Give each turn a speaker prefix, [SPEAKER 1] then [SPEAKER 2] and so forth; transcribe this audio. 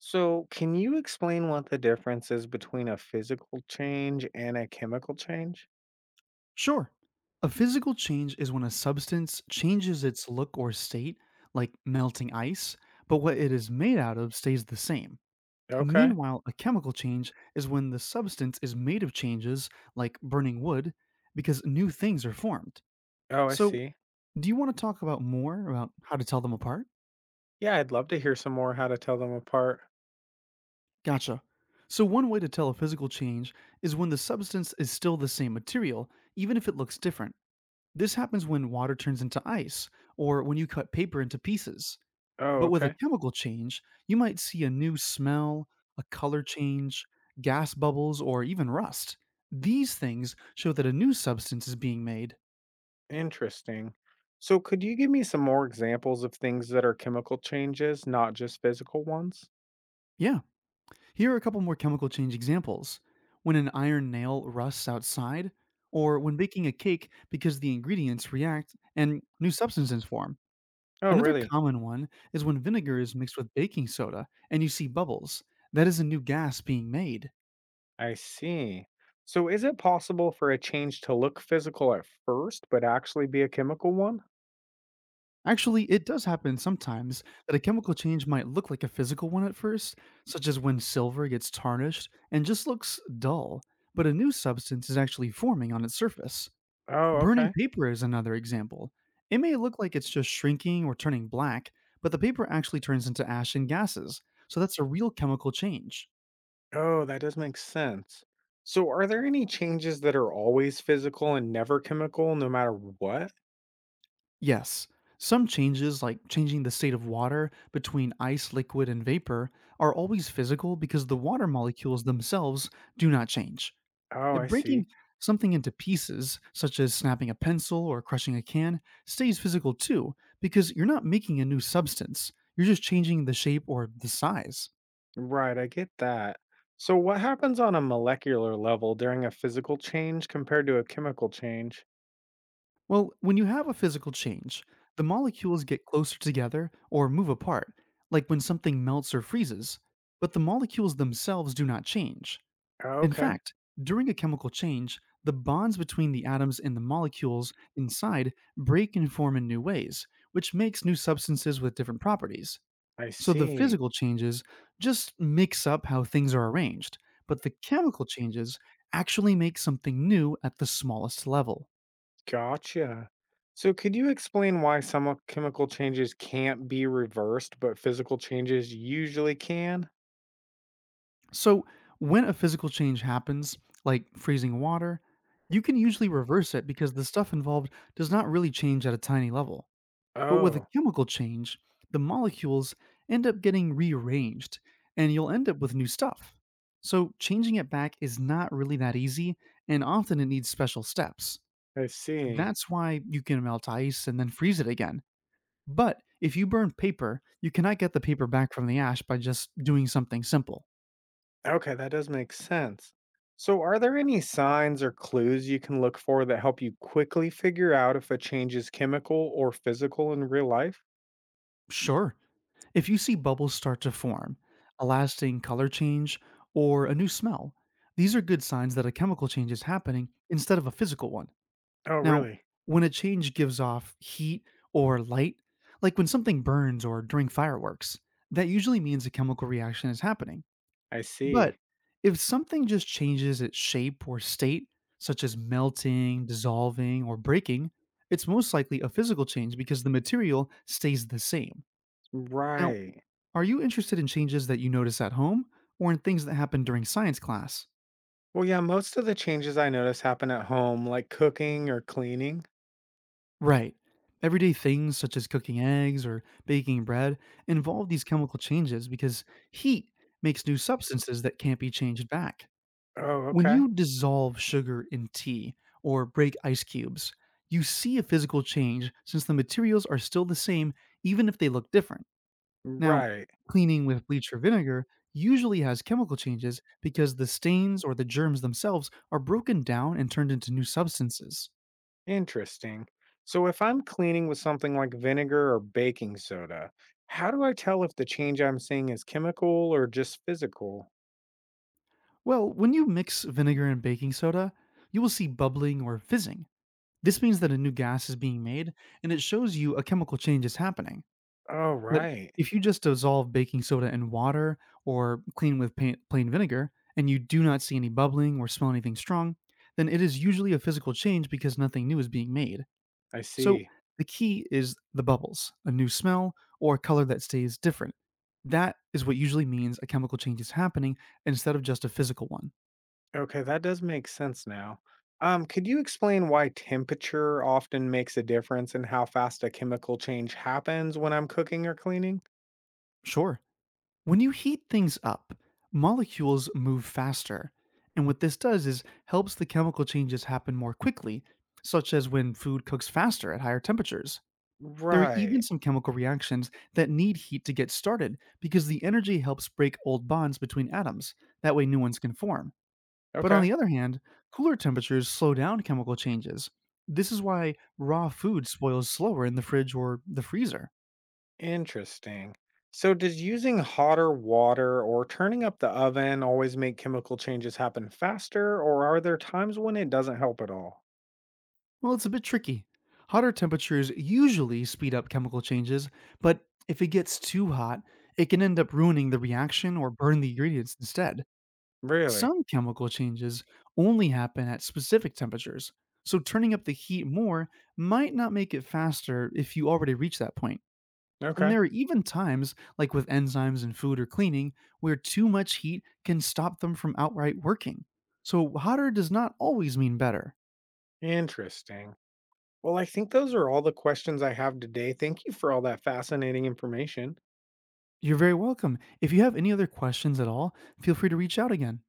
[SPEAKER 1] So, can you explain what the difference is between a physical change and a chemical change?
[SPEAKER 2] Sure. A physical change is when a substance changes its look or state, like melting ice, but what it is made out of stays the same.
[SPEAKER 1] Okay.
[SPEAKER 2] Meanwhile, a chemical change is when the substance is made of changes, like burning wood, because new things are formed.
[SPEAKER 1] Oh, I
[SPEAKER 2] So,
[SPEAKER 1] see.
[SPEAKER 2] do you want to talk about more about how to tell them apart?
[SPEAKER 1] Yeah, I'd love to hear some more how to tell them apart.
[SPEAKER 2] Gotcha. So, one way to tell a physical change is when the substance is still the same material, even if it looks different. This happens when water turns into ice or when you cut paper into pieces.
[SPEAKER 1] Oh,
[SPEAKER 2] But with a
[SPEAKER 1] okay.
[SPEAKER 2] chemical change, you might see a new smell, a color change, gas bubbles, or even rust. These things show that a new substance is being made.
[SPEAKER 1] Interesting. So, could you give me some more examples of things that are chemical changes, not just physical ones?
[SPEAKER 2] Yeah, here are a couple more chemical change examples. When an iron nail rusts outside, or when baking a cake because the ingredients react and new substances form.
[SPEAKER 1] Oh,
[SPEAKER 2] Another
[SPEAKER 1] really?
[SPEAKER 2] common one is when vinegar is mixed with baking soda and you see bubbles. That is a new gas being made.
[SPEAKER 1] I see. So, is it possible for a change to look physical at first, but actually be a chemical one?
[SPEAKER 2] Actually, it does happen sometimes that a chemical change might look like a physical one at first, such as when silver gets tarnished and just looks dull, but a new substance is actually forming on its surface.
[SPEAKER 1] Oh,
[SPEAKER 2] Burning
[SPEAKER 1] okay.
[SPEAKER 2] paper is another example. It may look like it's just shrinking or turning black, but the paper actually turns into ash and gases, so that's a real chemical change.
[SPEAKER 1] Oh, that does make sense. So, are there any changes that are always physical and never chemical, no matter what?
[SPEAKER 2] Yes, some changes, like changing the state of water between ice, liquid, and vapor, are always physical because the water molecules themselves do not change.
[SPEAKER 1] Oh,
[SPEAKER 2] Uh,
[SPEAKER 1] I see.
[SPEAKER 2] Breaking something into pieces, such as snapping a pencil or crushing a can, stays physical too, because you're not making a new substance, you're just changing the shape or the size.
[SPEAKER 1] Right, I get that. So, what happens on a molecular level during a physical change compared to a chemical change?
[SPEAKER 2] Well, when you have a physical change, the molecules get closer together or move apart, like when something melts or freezes, but the molecules themselves do not change.
[SPEAKER 1] Oh,
[SPEAKER 2] In
[SPEAKER 1] okay,
[SPEAKER 2] fact, during a chemical change, the bonds between the atoms and the molecules inside break and form in new ways, which makes new substances with different properties.
[SPEAKER 1] I
[SPEAKER 2] So the
[SPEAKER 1] see.
[SPEAKER 2] physical changes just mix up how things are arranged, but the chemical changes actually make something new at the smallest level.
[SPEAKER 1] Gotcha. So, could you explain why some of chemical changes can't be reversed, but physical changes usually can?
[SPEAKER 2] So when a physical change happens, like freezing water, you can usually reverse it because the stuff involved does not really change at a tiny level. But with a
[SPEAKER 1] Oh,
[SPEAKER 2] chemical change, the molecules end up getting rearranged and you'll end up with new stuff. So changing it back is not really that easy and often it needs special steps.
[SPEAKER 1] I see.
[SPEAKER 2] That's why you can melt ice and then freeze it again. But if you burn paper, you cannot get the paper back from the ash by just doing something simple.
[SPEAKER 1] Okay, that does make sense. So, are there any signs or clues you can look for that help you quickly figure out if a change is chemical or physical in real life?
[SPEAKER 2] Sure, if you see bubbles start to form, a lasting color change, or a new smell, these are good signs that a chemical change is happening instead of a physical one.
[SPEAKER 1] Oh,
[SPEAKER 2] Now,
[SPEAKER 1] really?
[SPEAKER 2] when a change gives off heat or light, like when something burns or during fireworks, that usually means a chemical reaction is happening.
[SPEAKER 1] I
[SPEAKER 2] But
[SPEAKER 1] see.
[SPEAKER 2] if something just changes its shape or state, such as melting, dissolving, or breaking, it's most likely a physical change because the material stays the same. Now,
[SPEAKER 1] Right.
[SPEAKER 2] are you interested in changes that you notice at home or in things that happen during science class?
[SPEAKER 1] Well, yeah, most of the changes I notice happen at home, like cooking or cleaning.
[SPEAKER 2] Right. Everyday things such as cooking eggs or baking bread involve these chemical changes because heat makes new substances that can't be changed back.
[SPEAKER 1] Oh,
[SPEAKER 2] When
[SPEAKER 1] okay.
[SPEAKER 2] you dissolve sugar in tea or break ice cubes, you see a physical change since the materials are still the same even if they look different. Now,
[SPEAKER 1] Right.
[SPEAKER 2] cleaning with bleach or vinegar usually has chemical changes because the stains or the germs themselves are broken down and turned into new substances.
[SPEAKER 1] Interesting. So, if I'm cleaning with something like vinegar or baking soda, how do I tell if the change I'm seeing is chemical or just physical?
[SPEAKER 2] Well, when you mix vinegar and baking soda, you will see bubbling or fizzing. This means that a new gas is being made, and it shows you a chemical change is happening.
[SPEAKER 1] Oh,
[SPEAKER 2] But
[SPEAKER 1] right.
[SPEAKER 2] if you just dissolve baking soda in water or clean with pain, plain vinegar, and you do not see any bubbling or smell anything strong, then it is usually a physical change because nothing new is being made.
[SPEAKER 1] I
[SPEAKER 2] So
[SPEAKER 1] see.
[SPEAKER 2] the key is the bubbles, a new smell, or a color that stays different. That is what usually means a chemical change is happening instead of just a physical one.
[SPEAKER 1] Okay, that does make sense now. Could you explain why temperature often makes a difference in how fast a chemical change happens when I'm cooking or cleaning?
[SPEAKER 2] Sure. When you heat things up, molecules move faster. And what this does is helps the chemical changes happen more quickly, such as when food cooks faster at higher temperatures. There are even
[SPEAKER 1] Right.
[SPEAKER 2] some chemical reactions that need heat to get started because the energy helps break old bonds between atoms. That way, new ones can form. But on
[SPEAKER 1] Okay.
[SPEAKER 2] the other hand, cooler temperatures slow down chemical changes. This is why raw food spoils slower in the fridge or the freezer.
[SPEAKER 1] Interesting. So, does using hotter water or turning up the oven always make chemical changes happen faster, or are there times when it doesn't help at all?
[SPEAKER 2] Well, it's a bit tricky. Hotter temperatures usually speed up chemical changes, but if it gets too hot, it can end up ruining the reaction or burn the ingredients instead.
[SPEAKER 1] Really?
[SPEAKER 2] Some chemical changes only happen at specific temperatures, so turning up the heat more might not make it faster if you already reach that point. And
[SPEAKER 1] Okay.
[SPEAKER 2] there are even times, like with enzymes in food or cleaning, where too much heat can stop them from outright working. So, hotter does not always mean better.
[SPEAKER 1] Interesting. Well, I think those are all the questions I have today. Thank you for all that fascinating information.
[SPEAKER 2] You're very welcome. If you have any other questions at all, feel free to reach out again.